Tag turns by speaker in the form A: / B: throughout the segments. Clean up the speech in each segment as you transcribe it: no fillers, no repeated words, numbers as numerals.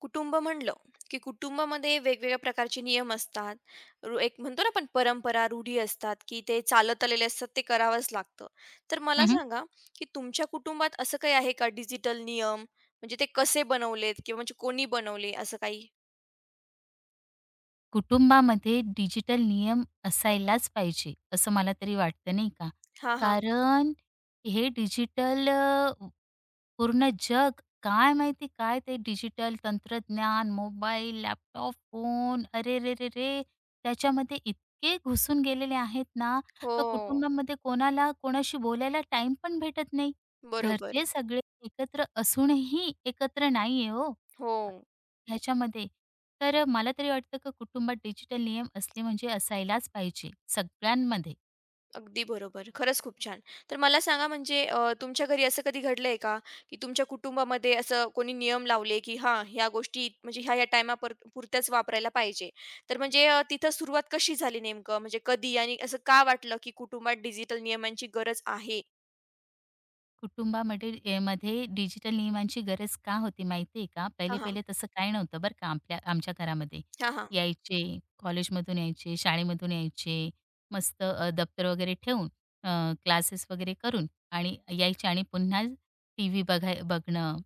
A: कुटुंब म्हणलं, की कुटुंबामध्ये वेगवेगळ्या प्रकारचे नियम असतात. रू एक म्हणतो ना आपण परंपरा, रूढी असतात, की ते चालत आलेले असतात, ते करावंच लागतं. तर मला
B: हं, हं.
A: सांगा, की तुमच्या कुटुंबात असं काही आहे का डिजिटल नियम? म्हणजे ते कसे बनवलेत किंवा म्हणजे कोणी बनवले असं काही?
B: कुटुंबामध्ये डिजिटल नियम असायलाच पाहिजे, असं मला तरी वाटतं नाही का?
A: हां, हां.
B: कारण हे पूर्ण जग काय माहिती काय ते डिजिटल तंत्रज्ञान, मोबाईल, लॅपटॉप, फोन अरे, रे, रे, अरेरेरेरे! त्याच्यामध्ये इतके घुसून गेलेले आहेत ना,
A: हो.
B: का कुटुंबामध्ये कोणाला कोणाशी बोलायला टाईम पण भेटत नाही.
A: बरोबर.
B: घरचे सगळे एकत्र असूनही एकत्र नाहीये हो.
A: हो.
B: ह्याच्यामध्ये तर मला तरी वाटतं की कुटुंबात डिजिटल नियम असले म्हणजे असायलाच पाहिजे सगळ्यांमध्ये.
A: अगदी बरोबर. खरंच खूप छान. तर मला सांगा म्हणजे तुमच्या घरी असं कधी घडलंय का, की तुमच्या कुटुंबामध्ये असं कोणी नियम लावले, की हां, ह्या गोष्टी म्हणजे ह्या-ह्या टाईमापर पुरत्याच वापरायला पाहिजे. तर म्हणजे तिथं सुरुवात कशी झाली नेमकं? म्हणजे कधी आणि असं का वाटलं, की कुटुंबात डिजिटल नियमांची गरज आहे?
B: कुटुंबामध्ये ए, मध्ये डिजिटल नियमांची गरज का होती माहिती आहे का?
A: हां,
B: पहिले
A: हां.
B: पहिले तसं काही नव्हतं बरं का आपल्या आमच्या घरामध्ये.
A: हां, हां.
B: यायचे, कॉलेजमधून यायचे, शाळेमधून यायचे, मस्त दप्तर वगैरे ठेवून, क्लासेस वगैरे करून आणि यायचे आणि पुन्हा टीव्ही बघणं.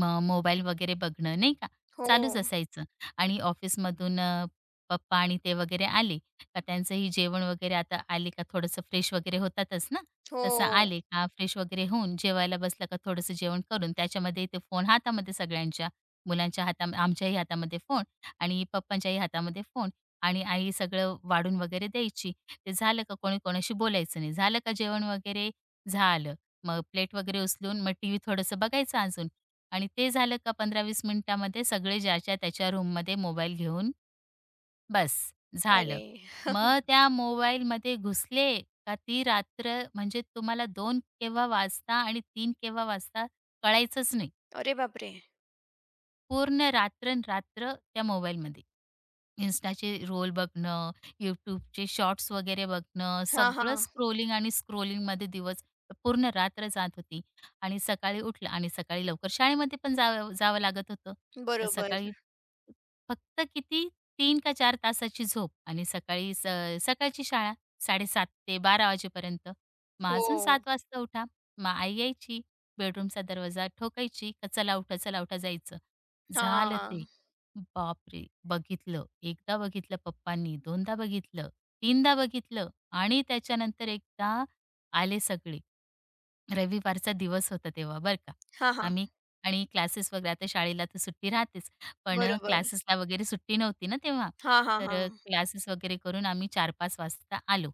B: मग मोबाईल वगैरे बघणं नाही का,
A: हो,
B: चालूच असायचं आणि ऑफिसमधून पप्पा आणि ते वगैरे आले का त्यांचंही जेवण वगैरे आता आले का थोडंसं फ्रेश वगैरे होतातच ना, तसं
A: हो.
B: आले का फ्रेश वगैरे होऊन जेवायला बसलं का थोडंसं जेवण करून त्याच्यामध्ये ते फोन हातामध्ये सगळ्यांच्या, मुलांच्या हाता आमच्याही हातामध्ये फोन आणि पप्पांच्याही हातामध्ये फोन आणि आई सगळं वाढून वगैरे द्यायची. ते झालं का कोणी कोणाशी बोलायचं नाही. झालं का जेवण वगैरे? झालं. मग प्लेट वगैरे उचलून मग टीव्ही थोडंसं बघायचं अजून. आणि ते झालं का 15-20 मिनिटामध्ये सगळे ज्याच्या त्याच्या रूममध्ये मोबाईल घेऊन बस,
A: अरे!
B: झालं. मग त्या मोबाईलमध्ये घुसले का ती रात्र म्हणजे तुम्हाला 2 केव्हा वाजता आणि 3 केव्हा वाजता कळायचंच नाही.
A: अरे बापरे!
B: पूर्ण रात्र रात्र त्या मोबाईलमध्ये. Instaचे रोल बघणं, YouTubeचे शॉर्ट्स वगैरे बघणं,
A: हां,
B: सगळं
A: हां.
B: स्क्रोलिंग आणि स्क्रोलिंगमध्ये दिवस पूर्ण रात्र जात होती आणि सकाळी उठलं आणि सकाळी लवकर शाळेमध्ये पण जावं जावं लागत होतं. तर
A: बरोबर.
B: सकाळी फक्त किती तीन का चार तासाची झोप आणि सकाळी स सकाळची शाळा 7:30 ते 12:00 वाजेपर्यंत. मग अजून
A: हो.
B: 7:00 वाजता उठा. मग आई यायची, बेडरूमचा दरवाजा ठोकायची, का "चला उठा, चला उठा" जायचं. झालं ते.
A: हां.
B: बापरे! बघितलं. एकदा बघितलं पप्पांनी, दोनदा बघितलं, तीनदा बघितलं आणि त्याच्यानंतर एकदा आले सगळे. रविवारचा दिवस होता तेव्हा बरं का.
A: हां, हां.
B: आम्ही आणि क्लासेस वगैरे आता शाळेला तर सुट्टी राहतेच, पण
A: बरोबर.
B: क्लासेसला वगैरे सुट्टी नव्हती ना तेव्हा.
A: हां, हां,
B: तर
A: हां.
B: क्लासेस वगैरे करून आम्ही 4-5 वाजता आलो.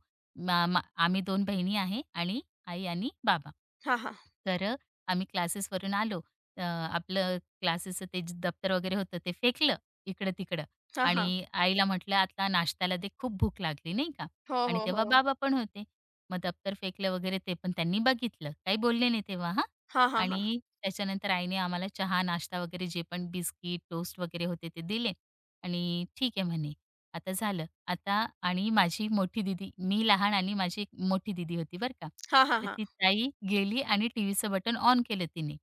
B: मा मा आम्ही 2 बहिणी आहे आणि आई आणि बाबा.
A: हां, हां.
B: तर आम्ही क्लासेसवरून आलो. आपलं क्लासेसचं ते जे दप्तर वगैरे होतं ते फेकलं इकडं-तिकडं
A: हां,
B: आणि
A: हां.
B: आईला म्हटलं, "आता नाश्त्याला दे, खूप भूक लागली," नाही का.
A: हो,
B: आणि
A: हो,
B: तेव्हा
A: हो.
B: बाबा पण होते. मग दप्तर फेकलं वगैरे ते पण त्यांनी बघितलं. काही बोलले नाही तेव्हा हां.
A: हां, हां, हां.
B: आणि त्याच्यानंतर आईने आम्हाला चहा, नाश्ता वगैरे जे पण बिस्किट, टोस्ट वगैरे होते ते दिले आणि ठीक आहे म्हणे. आता झालं. आता आणि माझी मोठी दिदी, मी लहान आणि माझी एक मोठी दीदी होती बरं का.
A: हां, हां,
B: तर
A: हां.
B: ती ताई गेली आणि टीव्हीचं बटन ऑन केलं तिने.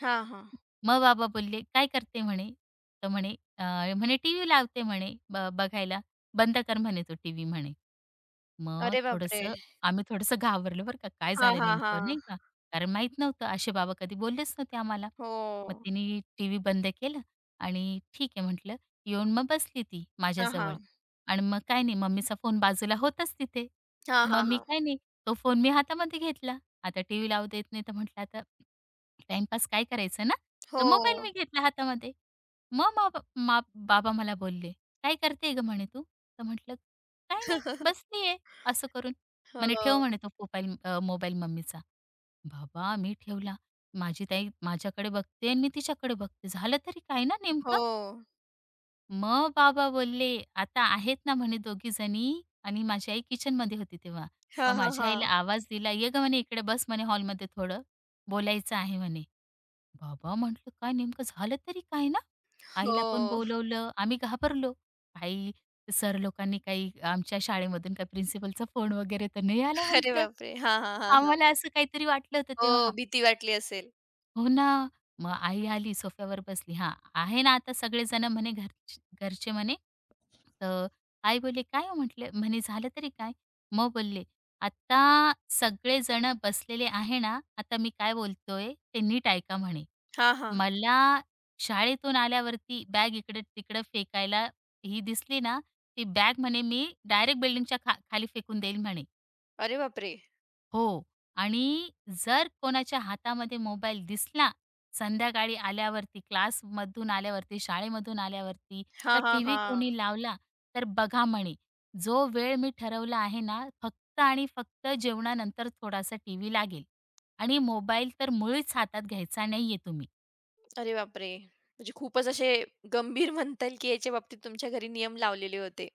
A: हां, हां.
B: मग बाबा बोलले, "काय करते?" म्हणे. तर म्हणे, " म्हणे टीव्ही लावते म्हणे बघायला. बंद कर म्हणे तो टीव्ही म्हणे." मग
A: अरे बापरे!
B: थोडंसं आम्ही थोडंसं घाबरलो बरं का, काय
A: हां,
B: झालं
A: हां,
B: नेमकं नाही
A: हां.
B: का. कारण माहीत नव्हतं असे बाबा कधी बोललेच नव्हते आम्हाला. मग
A: हो.
B: तिने टीव्ही बंद केलं आणि ठीक आहे म्हटलं. येऊन मग बसली ती
A: हां,
B: माझ्याजवळ
A: हां.
B: आणि मग काय नाही मम्मीचा फोन बाजूला होताच तिथे.
A: हां,
B: मग
A: हां,
B: मी
A: हां.
B: काय नाही तो फोन मी हातामध्ये घेतला. आता टीव्ही लावू देत नाही तर म्हटलं आता टाईमपास काय करायचं ना, तर
A: हो.
B: मोबाईल मी घेतला हातामध्ये. मग मा मा बाबा मला बोलले, "काय करते गं?" म्हणे "तू." तर म्हटलं "काही नाही, बसलीये," असं करून. म्हणे, "ठेव,"
A: हो.
B: म्हणे, "तो मोबाईल मम्मीचा." बाबा, मी ठेवला. माझी ताई माझ्याकडे बघते आणि मी तिच्याकडे बघते. झालं तरी काय ना नेमकं?
A: हो.
B: मग बाबा बोलले, "आता आहेत ना," म्हणे, "दोघी जणी." आणि माझी आई किचनमध्ये होती तेव्हा.
A: हां,
B: मग
A: हां,
B: माझ्या आईला
A: हां.
B: आवाज दिला, "ये गं," म्हणे, "इकडे बस," म्हणे, "हॉलमध्ये थोडं बोलायचं आहे," म्हणे. बाबा म्हटलं काय नेमकं झालं तरी काय ना? आईला पण
A: हो.
B: बोलवलं. आम्ही घाबरलो. आई सर लोकांनी काही आमच्या शाळेमधून काही प्रिन्सिपलचा फोन वगैरे तर नाही आला
A: अरे
B: म्हटलं.
A: बापरे! हां, हां, हां, हां.
B: आम्हाला असं काहीतरी वाटलं होतं
A: हो,
B: तेव्हा.
A: भीती वाटली असेल.
B: हो ना. मग आई आली सोफ्यावर बसली. हां, आहे ना आता सगळेजण म्हणे घरचे म्हणे. तर आई बोलली, "काय हो?" म्हटले. म्हणे, "झालं तरी काय?" मग बोलले, "आता सगळेजण बसलेले आहे ना, आता मी काय बोलतोय ते नीट ऐका" म्हणे.
A: हां, हां.
B: मला शाळेतून आल्यावरती बॅग इकडं-तिकडं फेकायला ही दिसली ना, ती बॅग म्हणे मी डायरेक्ट बिल्डिंगच्या खाली फेकून देईल म्हणे.
A: अरे बापरे!
B: हो. आणि जर कोणाच्या हातामध्ये मोबाईल दिसला, संध्याकाळी आल्यावरती, क्लासमधून आल्यावरती, शाळेमधून आल्यावरती,
A: हां,
B: का
A: हां,
B: टीव्ही
A: हां.
B: कोणी लावला, तर बघा म्हणे. जो वेळ मी ठरवला आहे ना, फक्त आणि फक्त जेवणानंतर थोडासा टीव्ही लागेल आणि मोबाईल तर मुळीच हातात घ्यायचा नाहीये तुम्ही.
A: अरे बापरे! म्हणजे खूपच असे गंभीर म्हणता येईल, की याच्या बाबतीत तुमच्या घरी नियम लावलेले होते.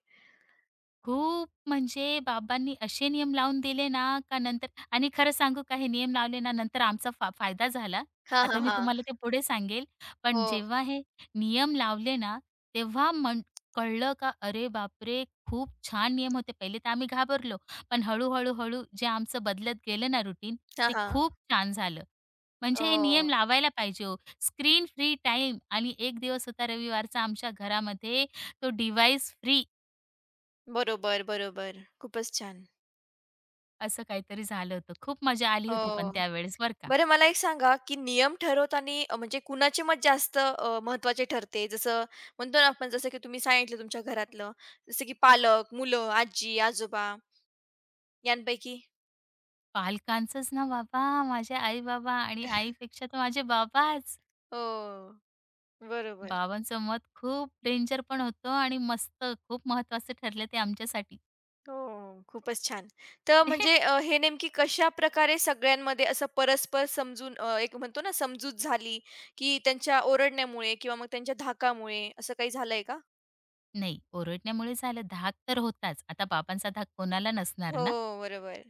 B: खूप म्हणजे बाबांनी असे नियम लावून दिले ना, का नंतर आणि खरं सांगू का हे नियम लावले ना, नंतर आमचा फायदा झाला.
A: हां,
B: आता
A: हां,
B: मी
A: हां.
B: तुम्हाला ते पुढे सांगेल. पण
A: हो.
B: जेव्हा हे नियम लावले ना, तेव्हा कळलं का अरे बापरे! खूप छान नियम होते. पहिले तर आम्ही घाबरलो, पण हळू जे आमचं बदलत गेलं ना रुटीन,
A: हां,
B: ते
A: हां.
B: खूप छान झालं. म्हणजे हे
A: हो.
B: नियम लावायला पाहिजे हो. स्क्रीन फ्री टाईम आणि एक दिवस होता रविवारचा आमच्या घरामध्ये, तो डिव्हाइस फ्री.
A: बरोबर, बरोबर. खूपच छान.
B: असं काहीतरी झालं होतं. खूप मजा आली होती पण
A: हो.
B: त्यावेळेस बरं का.
A: बरं मला एक सांगा, की नियम ठरवताना म्हणजे कुणाची मत जास्त महत्त्वाचे ठरते? जसं म्हणतो ना आपण जसं की तुम्ही सांगितलं तुमच्या घरातलं, जसं की पालक, मुलं, आजी-आजोबा यांपैकी?
B: पालकांचंच ना बाबा, माझे आई-बाबा आणि आईपेक्षा तर माझे बाबाच.
A: हो. बरोबर.
B: बाबांचं मत खूप डेंजर पण होतं आणि मस्त खूप महत्त्वाचं ठरलं ते आमच्यासाठी.
A: हो, खूपच छान. तर म्हणजे हे नेमकी कशाप्रकारे सगळ्यांमध्ये असं परस्पर समजून एक म्हणतो ना समजूत झाली, की त्यांच्या ओरडण्यामुळे किंवा मग त्यांच्या धाकामुळे असं काही झालंय का?
B: नाही, ओरडण्यामुळे झालं. धाक तर होताच. आता बाबांचा धाक कोणाला नसणार
A: हो,
B: ना.
A: बरोबर.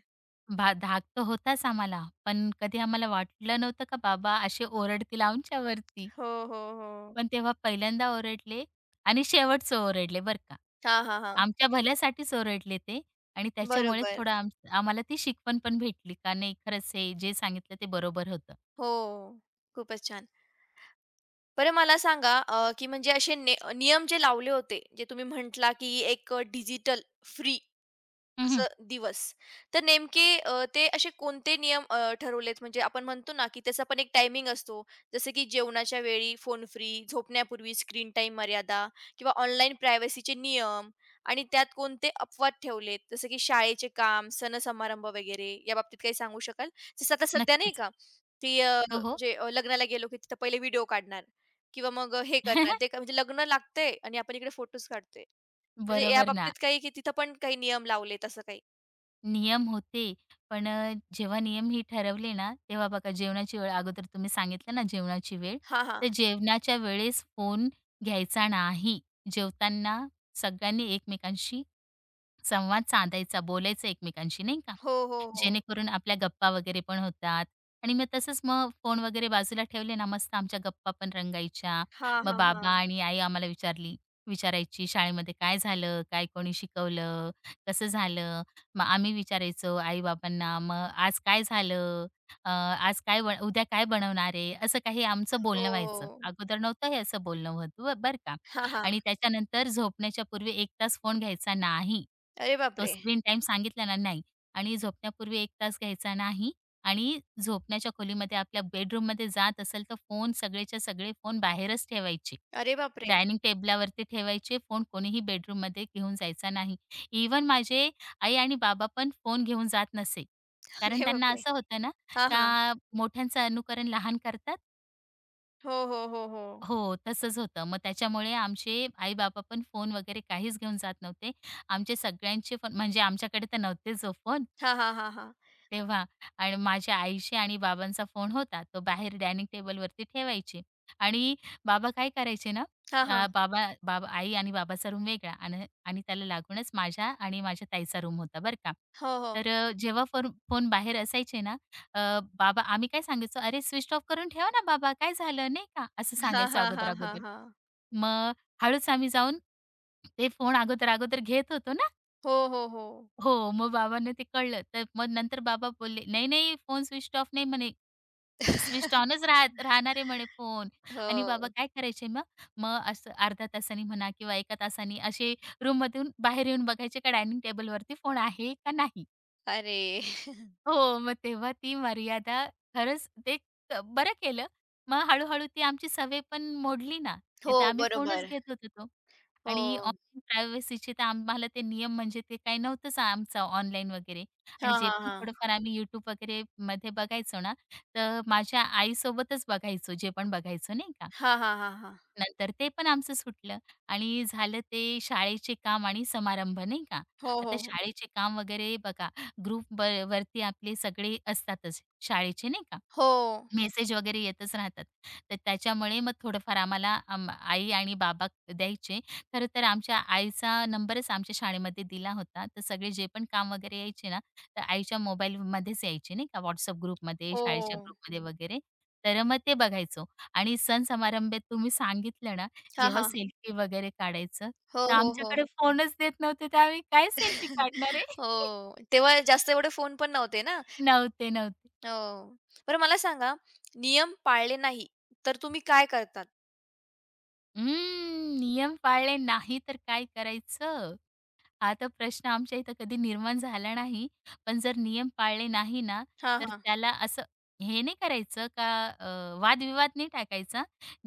B: धाक तर होताच आम्हाला. पण कधी आम्हाला वाटलं नव्हतं का बाबा असे ओरडतील आमच्यावरती.
A: हो, हो, हो.
B: पण तेव्हा पहिल्यांदा ओरडले आणि शेवटचं ओरडले बरं का.
A: हां, हां, हां.
B: आमच्या भल्यासाठीच ओरडले ते आणि त्याच्यामुळे
A: बरोबर.
B: थोडं आम्हाला ती शिकवण पण भेटली का नाही खरंच हे जे सांगितलं ते बरोबर होतं.
A: हो. खूपच छान. बरं मला सांगा की म्हणजे असे नियम जे लावले होते, जे तुम्ही म्हटला, की एक डिजिटल फ्री
B: हं, हं.
A: असं दिवस. तर नेमके ते असे कोणते नियम ठरवलेत म्हणजे आपण म्हणतो ना, की त्याचा पण एक टायमिंग असतो. जसं की जेवणाच्या वेळी फोन फ्री, झोपण्यापूर्वी स्क्रीन टाइम मर्यादा किंवा ऑनलाईन प्रायव्हसीचे नियम आणि त्यात कोणते अपवाद ठेवलेत. जसं की शाळेचे काम, सण-समारंभ वगैरे याबाबतीत काही सांगू शकाल? जसं आता सध्या नाही
B: नक्कीच.
A: का, की
B: हो, हो.
A: म्हणजे लग्नाला गेलो की तिथं पहिले व्हिडिओ काढणार किंवा मग हे करणार ते का- म्हणजे लग्न लागतंय आणि आपण इकडे फोटोज काढतोय. म्हणजे
B: बरोबर ना.
A: याबाबतीत काही की तिथं पण काही नियम लावलेत असं काही?
B: नियम होते, पण जेव्हा नियम हे ठरवले ना, तेव्हा बघा जेवणाची वेळ अगोदर तुम्ही सांगितलं ना जेवणाची वेळ,
A: हां, हां.
B: तर जेवणाच्या वेळेस फोन घ्यायचा नाही. जेवताना सगळ्यांनी एकमेकांशी संवाद साधायचा, बोलायचं एकमेकांशी नाही का.
A: हो, हो, हो.
B: जेणेकरून आपल्या गप्पा वगैरे पण होतात. आणि मग तसंच मग फोन वगैरे बाजूला ठेवले ना, मस्त आमच्या गप्पा पण रंगायच्या.
A: हां,
B: मग
A: हां,
B: बाबा
A: हां.
B: आणि आई आम्हाला विचारायची, "शाळेमध्ये काय झालं? काय कोणी शिकवलं? कसं झालं?" मग आम्ही विचारायचो आई-बाबांना, "मग आज काय झालं? आज काय उद्या काय बनवणार आहे?" असं काही आमचं बोलणं व्हायचं.
A: हो.
B: अगोदर नव्हतं हे असं बोलणं होत बरं का.
A: हां, हां.
B: आणि त्याच्यानंतर झोपण्याच्या पूर्वी 1 तास फोन घ्यायचा नाही.
A: अरे
B: तो
A: बापरे!
B: स्क्रीन टाईम सांगितला ना, नाही. आणि झोपण्यापूर्वी एक तास घ्यायचा नाही आणि झोपण्याच्या खोलीमध्ये आपल्या बेडरूममध्ये जात असेल तर फोन सगळेच्या सगळे फोन बाहेरच ठेवायचे.
A: अरे बापरे!
B: डायनिंग टेबलावरती ठेवायचे फोन कोणीही बेडरूममध्ये घेऊन जायचा नाही. इव्हन माझे आई आणि बाबा पण फोन घेऊन जात नसे. कारण
A: अरे
B: त्यांना
A: बापरे!
B: असं होतं ना,
A: हां, हां.
B: का मोठ्यांचं अनुकरण लहान करतात
A: हो, हो, हो, हो.
B: हो, तसंच होतं. मग त्याच्यामुळे आमचे आई-बाबा पण फोन वगैरे काहीच घेऊन जात नव्हते. आमचे सगळ्यांचे फोन म्हणजे आमच्याकडे तर नव्हतेच ओ फोन.
A: हां, हां, हां, हां.
B: तेव्हा आणि माझ्या आईशी आणि बाबांचा फोन होता. तो बाहेर डायनिंग टेबलवरती ठेवायचे आणि बाबा काय करायचे ना,
A: हां,
B: अ,
A: हां.
B: बाबा बाबा आई आणि बाबाचा रूम वेगळा आणि आणि त्याला लागूनच माझ्या आणि माझ्या ताईचा रूम होता बरं का.
A: हो, हो.
B: तर जेव्हा फोन फोन बाहेर असायचे ना, अ, बाबा आम्ही काय सांगायचो, "अरे स्विच ऑफ करून ठेवा ना बाबा, काय झालं?" नाही का, असं
A: हां,
B: सांगायचो
A: हां, हां, हां,
B: अगोदर-अगोदर.
A: हां.
B: मग हळूच आम्ही जाऊन ते फोन अगोदर-अगोदर घेत होतो ना.
A: हो, हो, हो.
B: हो, मग बाबांना ते कळलं. तर मग नंतर बाबा बोलले, "नाही, नाही, फोन स्विच ऑफ नाही म्हणे, स्विच ऑनच राहणार आहे म्हणे फोन." आणि बाबा
A: हो.
B: काय करायचे मग? मग असं अर्ध्या तासाने म्हणा किंवा एका तासाने असे रूममधून बाहेर येऊन बघायचे का डायनिंग टेबलवरती फोन आहे का नाही.
A: अरे!
B: हो, मग तेव्हा ती मर्यादा खरंच ते बरं केलं. मग हळू ती आमची सवय पण मोडली ना.
A: हो,
B: नाहीतर आम्ही फोनच
A: बरोबर.
B: घेत होतो तो. आणि
A: हो.
B: ऑनलाईन प्रायव्हसीचे तर आम्हाला ते नियम म्हणजे ते काही नव्हतंच आमचा ऑनलाईन वगैरे.
A: हां,
B: आणि जे
A: हा
B: पण
A: हां.
B: थोडंफार आम्ही YouTube वगैरे मध्ये बघायचो ना, तर माझ्या आईसोबतच बघायचो, जे पण बघायचो नाही का.
A: हां, हां, हां, हां.
B: नंतर ते पण आमचं सुटलं आणि झालं ते शाळेचे काम आणि समारंभ नाही का.
A: हो,
B: आता
A: हो, हो.
B: शाळेचे काम वगैरे बघा ग्रुप वरती आपले सगळे असतातच शाळेचे नाही का.
A: हो,
B: मेसेज वगैरे येतच राहतात. तर त्याच्यामुळे मग थोडंफार आम्हाला आई आणि बाबा द्यायचे. खरं तर आमच्या आईचा नंबरच आमच्या शाळेमध्ये दिला होता. तर सगळे जे पण काम वगैरे यायचे ना, तर आईच्या मोबाईलमध्येच यायचे नाही का WhatsApp ग्रुपमध्ये,
A: हो.
B: शाळेच्या ग्रुपमध्ये वगैरे. तर मग ते बघायचो आणि सण समारंभात तुम्ही सांगितलं ना,
A: हां,
B: जेव्हा
A: हां.
B: सेल्फी वगैरे काढायचं,
A: हो,
B: तर
A: हो, हो.
B: आमच्याकडे फोनच देत नव्हते, तर आम्ही काय सेल्फी काढणार आहे?
A: हो. तेव्हा जास्त एवढे फोन पण नव्हते ना?
B: नव्हते, नव्हते.
A: हो. बरं मला सांगा, नियम पाळले नाही, तर तुम्ही काय करतात?
B: हं, नियम पाळले नाही तर काय करायचं? आता प्रश्न आमच्या इथं कधी निर्माण झाला नाही. पण जर नियम पाळले नाही ना,
A: हां,
B: तर
A: हां.
B: त्याला असं हे नाही करायचं का वादविवाद नाही टाकायचा.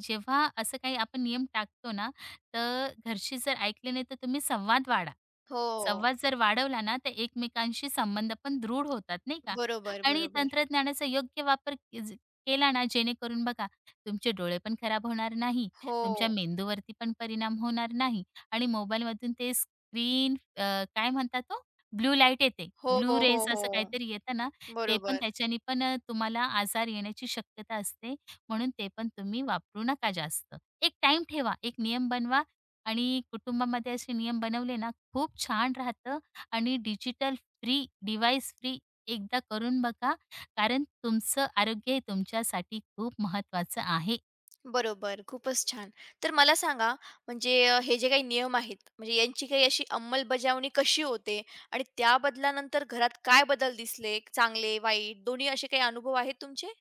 B: जेव्हा असं काही आपण नियम टाकतो ना, तर घरचे जर ऐकले नाही, तर तुम्ही संवाद वाढा.
A: हो.
B: संवाद जर वाढवला ना, तर एकमेकांशी संबंध पण दृढ होतात, नाही का?
A: बरोबर,
B: आणि
A: बरोबर.
B: तंत्रज्ञानाचा योग्य वापर के- ज केला ना, जेणेकरून बघा, तुमचे डोळे पण खराब होणार नाही,
A: हो.
B: तुमच्या मेंदूवरती पण परिणाम होणार नाही आणि मोबाईलमधून ते ग्रीन अ, काय म्हणतात तो? ब्लू लाईट येते.
A: हो, हो,
B: ब्लू
A: हो,
B: रेज
A: हो.
B: असं काहीतरी येतं ना, ते पण
A: बरोबर.
B: त्याच्याने पण तुम्हाला आजार येण्याची शक्यता असते. म्हणून ते पण तुम्ही वापरू नका जास्त. एक टाइम ठेवा, एक नियम बनवा आणि कुटुंबामध्ये असे नियम बनवले ना, खूप छान राहतं आणि डिजिटल फ्री, डिव्हाइस फ्री एकदा करून बघा. कारण तुमचं आरोग्य हे तुमच्यासाठी खूप महत्त्वाचं आहे.
A: बरोबर. खूपच छान. तर मला सांगा, म्हणजे हे जे काही नियम आहेत, म्हणजे यांची काही अशी अंमलबजावणी कशी होते? आणि त्या बदलानंतर घरात काय बदल दिसले? चांगले, वाईट दोन्ही असे काही अनुभव आहेत तुमचे?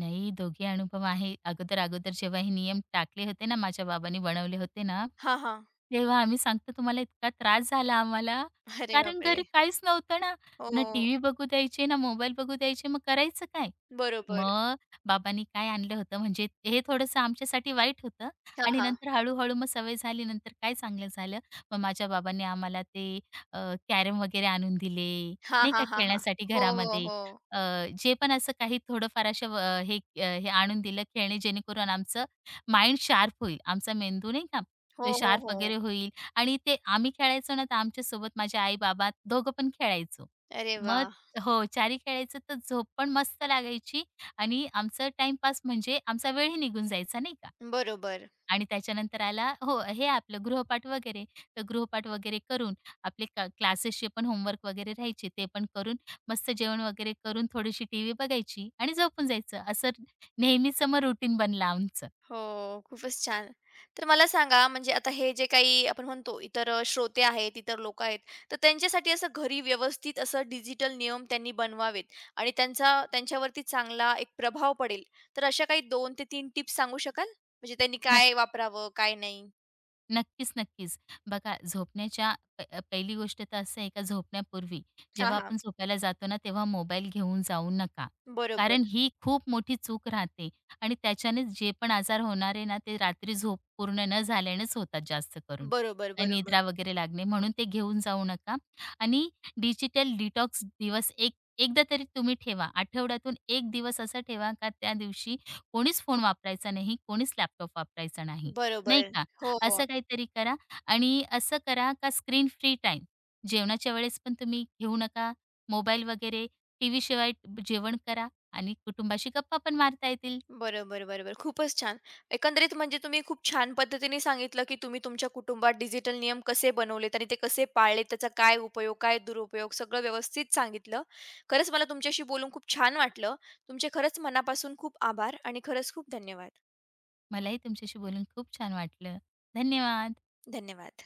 B: नाही दोघे अनुभव आहे. अगोदर-अगोदर जेव्हा हे नियम टाकले होते ना, माझ्या बाबांनी बनवले होते ना
A: हां, हां.
B: तेव्हा आम्ही सांगतो तुम्हाला इतका त्रास झाला आम्हाला,
A: अरे
B: कारण
A: बापरे!
B: घरी काहीच नव्हतं ना. ना
A: हो.
B: टीव्ही बघू द्यायचे, ना मोबाईल बघू द्यायचे. मग करायचं काय?
A: बरोबर.
B: मग बाबांनी काय आणलं होतं म्हणजे हे थोडंसं आमच्यासाठी वाईट होतं
A: हां,
B: आणि
A: हां.
B: नंतर हळू-हळू मग सवय झाली. नंतर काय चांगलं झालं. मग माझ्या बाबांनी आम्हाला ते अ, कॅरम वगैरे आणून दिले,
A: हां,
B: नाही का
A: हां, हां, हां.
B: खेळण्यासाठी
A: हो, हो,
B: घरामध्ये.
A: हो.
B: अ, जे पण असं काही थोडंफार अशा व हे हे आणून दिलं खेळणे जेणेकरून आमचं माइंड शार्प होईल. आमचा मेंदू नाही का, तो
A: हो, हो,
B: शार्प वगैरे
A: हो.
B: होईल आणि ते आम्ही खेळायचो ना, तर आमच्यासोबत माझे आई-बाबा दोघं पण खेळायचो.
A: अरे वा,
B: मग हो, चारी खेळायचो तर झोप पण मस्त लागायची आणि आमचं टाईमपास म्हणजे आमचा वेळही निघून जायचा नाही का
A: बरोबर.
B: आणि त्याच्यानंतर आला हो, हे आपलं गृहपाठ वगैरे. तर गृहपाठ वगैरे करून आपले क्लासेसचे पण होमवर्क वगैरे राहायचे ते पण करून मस्त जेवण वगैरे करून थोडीशी टीव्ही बघायची आणि झोपून जायचं. असं नेहमीचं मग रुटीन बनलं आमचं.
A: हो, खूपच छान. तर मला सांगा म्हणजे आता हे जे काही आपण म्हणतो इतर श्रोते आहेत, इतर लोकं आहेत, तर त्यांच्यासाठी असं घरी व्यवस्थित असं डिजिटल नियम त्यांनी बनवावेत आणि त्यांचा त्यांच्यावरती चांगला एक प्रभाव पडेल. तर अशा काही 2 ते 3 टिप्स सांगू शकाल? म्हणजे त्यांनी काय वापरावं, काय नाही?
B: नक्कीच, नक्कीच. बघा पहिली गोष्ट तर असं आहे का झोपण्यापूर्वी
A: हां,
B: जेव्हा
A: हां.
B: आपण झोपायला जातो ना, तेव्हा मोबाईल घेऊन जाऊ नका.
A: बरोबर.
B: कारण ही खूप मोठी चूक राहते आणि त्याच्याने जे पण आजार होणार आहे ना, ते रात्री झोप पूर्ण न झाल्यानेच होतात जास्त करून.
A: बरोबर,
B: आणि
A: बरोबर.
B: निद्रा वगैरे लागणे म्हणून ते घेऊन जाऊ नका आणि डिजिटल डिटॉक्स दिवस एकदा तरी तुम्ही ठेवा. आठवड्यातून 1 दिवस असा ठेवा का त्या दिवशी कोणीच फोन वापरायचा नाही, कोणीच लॅपटॉप वापरायचा नाही, नाही
A: बरोबर.
B: का?
A: हो. हो.
B: असं काहीतरी करा आणि असं करा का स्क्रीन फ्री टाईम जेवणाच्या वेळेस पण तुम्ही घेऊ नका मोबाईल वगैरे, टीव्ही शिवाय जेवण करा आणि कुटुंबाशी गप्पा पण मारता येतील.
A: बरोबर, बरोबर. खूपच छान. एकंदरीत म्हणजे तुम्ही खूप छान पद्धतीने सांगितलं, की तुम्ही तुमच्या कुटुंबात डिजिटल नियम कसे बनवलेत आणि ते कसे पाळलेत, त्याचा काय उपयोग, काय दुरुपयोग सगळं व्यवस्थित सांगितलं. खरंच मला तुमच्याशी बोलून खूप छान वाटलं. तुमचे खरंच मनापासून खूप आभार आणि खरंच खूप धन्यवाद.
B: मलाही तुमच्याशी बोलून खूप छान वाटलं. धन्यवाद.
A: धन्यवाद.